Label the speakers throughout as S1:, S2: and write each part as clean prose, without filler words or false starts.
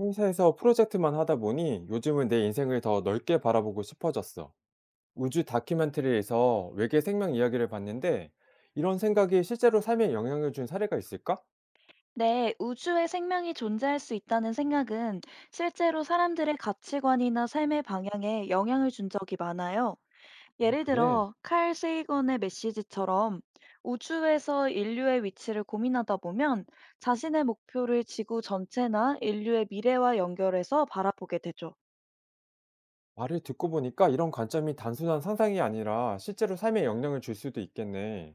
S1: 회사에서 프로젝트만 하다 보니 요즘은 내 인생을 더 넓게 바라보고 싶어졌어. 우주 다큐멘터리에서 외계 생명 이야기를 봤는데 이런 생각이 실제로 삶에 영향을 준 사례가 있을까?
S2: 네, 우주에 생명이 존재할 수 있다는 생각은 실제로 사람들의 가치관이나 삶의 방향에 영향을 준 적이 많아요.
S1: 아,
S2: 예를
S1: 그래.
S2: 들어, 칼 세이건의 메시지처럼 우주에서 인류의 위치를 고민하다 보면 자신의 목표를 지구 전체나 인류의 미래와 연결해서 바라보게 되죠.
S1: 말을 듣고 보니까 이런 관점이 단순한 상상이 아니라 실제로 삶에 영향을 줄 수도 있겠네.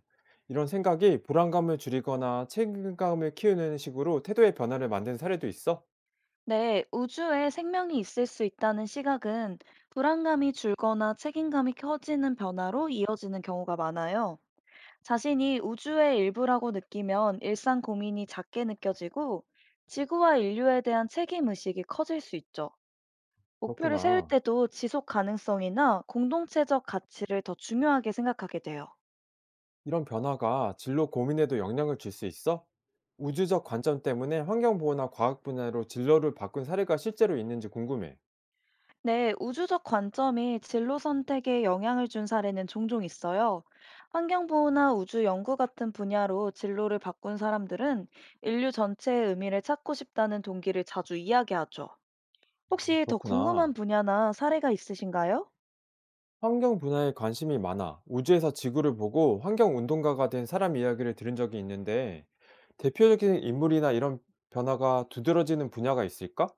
S1: 이런 생각이 불안감을 줄이거나 책임감을 키우는 식으로 태도의 변화를 만든 사례도 있어?
S2: 네, 우주에 생명이 있을 수 있다는 시각은 불안감이 줄거나 책임감이 커지는 변화로 이어지는 경우가 많아요. 자신이 우주의 일부라고 느끼면 일상 고민이 작게 느껴지고 지구와 인류에 대한 책임 의식이 커질 수 있죠. 목표를 세울
S1: 그렇구나.
S2: 때도 지속 가능성이나 공동체적 가치를 더 중요하게 생각하게 돼요.
S1: 이런 변화가 진로 고민에도 영향을 줄 수 있어? 우주적 관점 때문에 환경보호나 과학 분야로 진로를 바꾼 사례가 실제로 있는지 궁금해.
S2: 네, 우주적 관점이 진로 선택에 영향을 준 사례는 종종 있어요. 환경보호나 우주 연구 같은 분야로 진로를 바꾼 사람들은 인류 전체의 의미를 찾고 싶다는 동기를 자주 이야기하죠.
S1: 아,
S2: 혹시 더 궁금한
S1: 그렇구나.
S2: 분야나 사례가 있으신가요?
S1: 환경 분야에 관심이 많아. 우주에서 지구를 보고 환경 운동가가 된 사람 이야기를 들은 적이 있는데, 대표적인 인물이나 이런 변화가 두드러지는 분야가 있을까?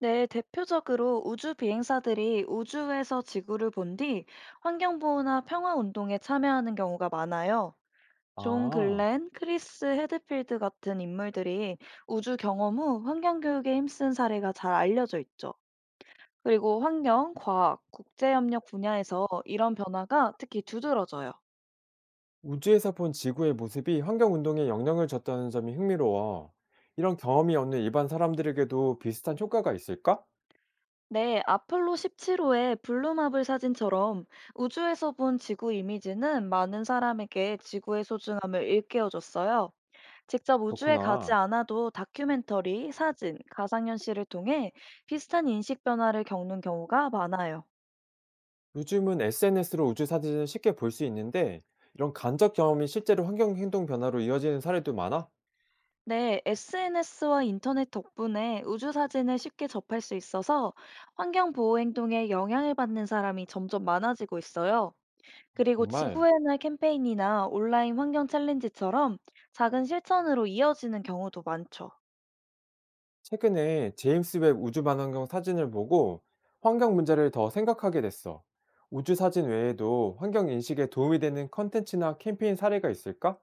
S2: 네, 대표적으로 우주 비행사들이 우주에서 지구를 본 뒤 환경보호나 평화운동에 참여하는 경우가 많아요. 존
S1: 아,
S2: 글렌, 크리스 헤드필드 같은 인물들이 우주 경험 후 환경교육에 힘쓴 사례가 잘 알려져 있죠. 그리고 환경, 과학, 국제협력 분야에서 이런 변화가 특히 두드러져요.
S1: 우주에서 본 지구의 모습이 환경 운동에 영향을 줬다는 점이 흥미로워. 이런 경험이 없는 일반 사람들에게도 비슷한 효과가 있을까?
S2: 네, 아폴로 17호의 블루마블 사진처럼 우주에서 본 지구 이미지는 많은 사람에게 지구의 소중함을 일깨워줬어요. 직접 우주에 가지
S1: 그렇구나.
S2: 않아도 다큐멘터리, 사진, 가상현실을 통해 비슷한 인식 변화를 겪는 경우가 많아요.
S1: 요즘은 SNS로 우주 사진을 쉽게 볼 수 있는데 이런 간접 경험이 실제로 환경 행동 변화로 이어지는 사례도 많아?
S2: 네, SNS와 인터넷 덕분에 우주 사진을 쉽게 접할 수 있어서 환경 보호 행동에 영향을 받는 사람이 점점 많아지고 있어요. 그리고
S1: 정말
S2: 지구의 날 캠페인이나 온라인 환경 챌린지처럼 작은 실천으로 이어지는 경우도 많죠.
S1: 최근에 제임스 웹 우주 반환경 사진을 보고 환경 문제를 더 생각하게 됐어. 우주 사진 외에도 환경 인식에 도움이 되는 컨텐츠나 캠페인 사례가 있을까?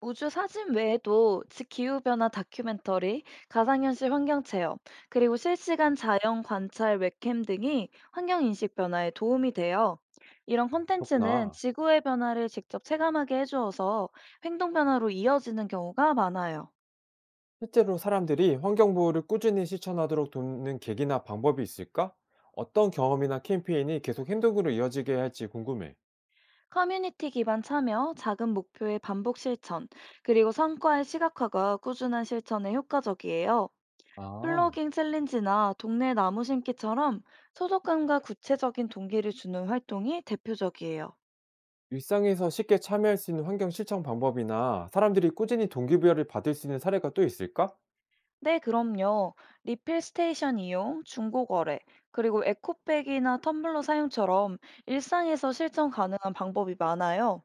S2: 우주 사진 외에도 기후변화 다큐멘터리, 가상현실 환경체험, 그리고 실시간 자연 관찰 웹캠 등이 환경인식 변화에 도움이 돼요. 이런 콘텐츠는
S1: 그렇구나.
S2: 지구의 변화를 직접 체감하게 해주어서 행동 변화로 이어지는 경우가 많아요.
S1: 실제로 사람들이 환경 보호를 꾸준히 실천하도록 돕는 계기나 방법이 있을까? 어떤 경험이나 캠페인이 계속 행동으로 이어지게 할지 궁금해.
S2: 커뮤니티 기반 참여, 작은 목표의 반복 실천, 그리고 성과의 시각화가 꾸준한 실천에 효과적이에요.
S1: 아.
S2: 플로깅 챌린지나 동네 나무 심기처럼 소속감과 구체적인 동기를 주는 활동이 대표적이에요.
S1: 일상에서 쉽게 참여할 수 있는 환경 실천 방법이나 사람들이 꾸준히 동기부여를 받을 수 있는 사례가 또 있을까?
S2: 네, 그럼요. 리필 스테이션 이용, 중고 거래, 그리고 에코백이나 텀블러 사용처럼 일상에서 실천 가능한 방법이 많아요.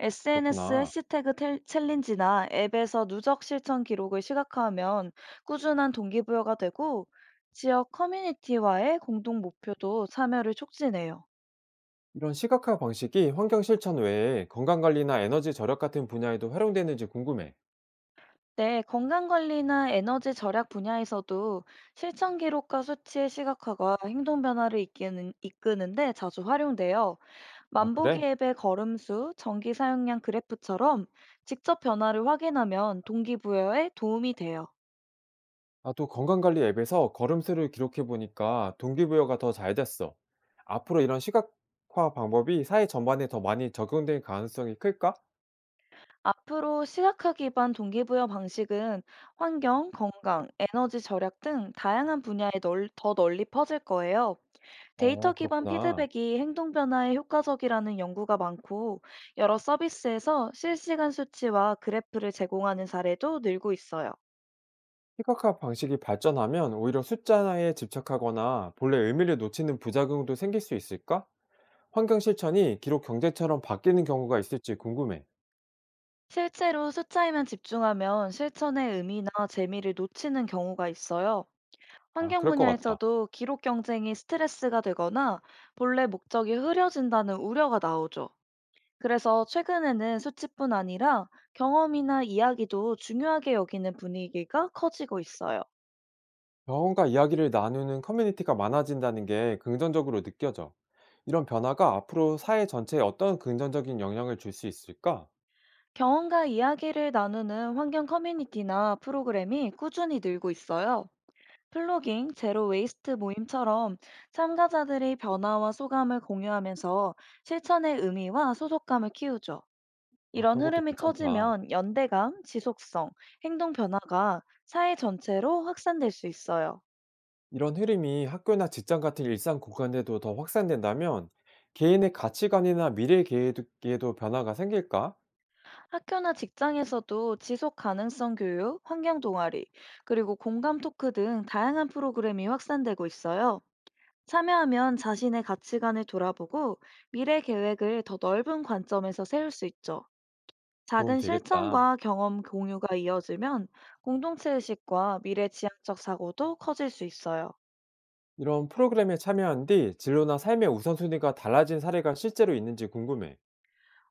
S2: SNS
S1: 그렇구나.
S2: 해시태그 챌린지나 앱에서 누적 실천 기록을 시각화하면 꾸준한 동기부여가 되고 지역 커뮤니티와의 공동 목표도 참여를 촉진해요.
S1: 이런 시각화 방식이 환경 실천 외에 건강관리나 에너지 절약 같은 분야에도 활용되는지 궁금해.
S2: 네, 건강관리나 에너지 절약 분야에서도 실천 기록과 수치의 시각화가 행동 변화를 이끄는데 자주 활용돼요.
S1: 아,
S2: 만보기
S1: 그래?
S2: 앱의 걸음수, 전기 사용량 그래프처럼 직접 변화를 확인하면 동기부여에 도움이 돼요.
S1: 나도 건강관리 앱에서 걸음수를 기록해보니까 동기부여가 더 잘 됐어. 앞으로 이런 시각화 방법이 사회 전반에 더 많이 적용될 가능성이 클까?
S2: 앞으로 시각화 기반 동기부여 방식은 환경, 건강, 에너지 절약 등 다양한 분야에 더 널리 퍼질 거예요. 데이터 기반
S1: 그렇구나.
S2: 피드백이 행동 변화에 효과적이라는 연구가 많고 여러 서비스에서 실시간 수치와 그래프를 제공하는 사례도 늘고 있어요.
S1: 시각화 방식이 발전하면 오히려 숫자에 집착하거나 본래 의미를 놓치는 부작용도 생길 수 있을까? 환경 실천이 기록 경제처럼 바뀌는 경우가 있을지 궁금해.
S2: 실제로 숫자에만 집중하면 실천의 의미나 재미를 놓치는 경우가 있어요.
S1: 아,
S2: 환경
S1: 그럴 것 같다.
S2: 분야에서도 기록 경쟁이 스트레스가 되거나 본래 목적이 흐려진다는 우려가 나오죠. 그래서 최근에는 수치뿐 아니라 경험이나 이야기도 중요하게 여기는 분위기가 커지고 있어요.
S1: 병원과 이야기를 나누는 커뮤니티가 많아진다는 게 긍정적으로 느껴져. 이런 변화가 앞으로 사회 전체에 어떤 긍정적인 영향을 줄 수 있을까?
S2: 경험과 이야기를 나누는 환경 커뮤니티나 프로그램이 꾸준히 늘고 있어요. 플로깅, 제로 웨이스트 모임처럼 참가자들이 변화와 소감을 공유하면서 실천의 의미와 소속감을 키우죠.
S1: 아,
S2: 이런
S1: 그런 것도
S2: 흐름이
S1: 괜찮다.
S2: 커지면 연대감, 지속성, 행동 변화가 사회 전체로 확산될 수 있어요.
S1: 이런 흐름이 학교나 직장 같은 일상 공간에도 더 확산된다면 개인의 가치관이나 미래 계획에도 변화가 생길까?
S2: 학교나 직장에서도 지속 가능성 교육, 환경 동아리, 그리고 공감 토크 등 다양한 프로그램이 확산되고 있어요. 참여하면 자신의 가치관을 돌아보고 미래 계획을 더 넓은 관점에서 세울 수 있죠.
S1: 도움
S2: 작은
S1: 되겠다.
S2: 실천과 경험 공유가 이어지면 공동체 의식과 미래 지향적 사고도 커질 수 있어요.
S1: 이런 프로그램에 참여한 뒤 진로나 삶의 우선순위가 달라진 사례가 실제로 있는지 궁금해.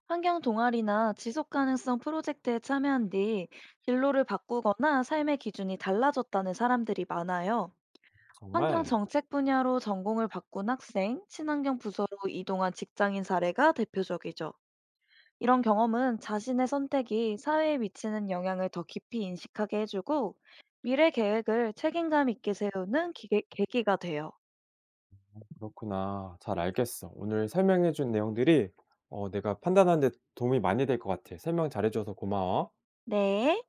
S2: 환경 동아리나 지속 가능성 프로젝트에 참여한 뒤 진로를 바꾸거나 삶의 기준이 달라졌다는 사람들이 많아요. 환경
S1: 정말
S2: 정책 분야로 전공을 바꾼 학생, 친환경 부서로 이동한 직장인 사례가 대표적이죠. 이런 경험은 자신의 선택이 사회에 미치는 영향을 더 깊이 인식하게 해주고 미래 계획을 책임감 있게 세우는 계기가 돼요.
S1: 그렇구나. 잘 알겠어. 오늘 설명해준 내용들이 내가 판단하는 데 도움이 많이 될 것 같아. 설명 잘해줘서 고마워.
S2: 네.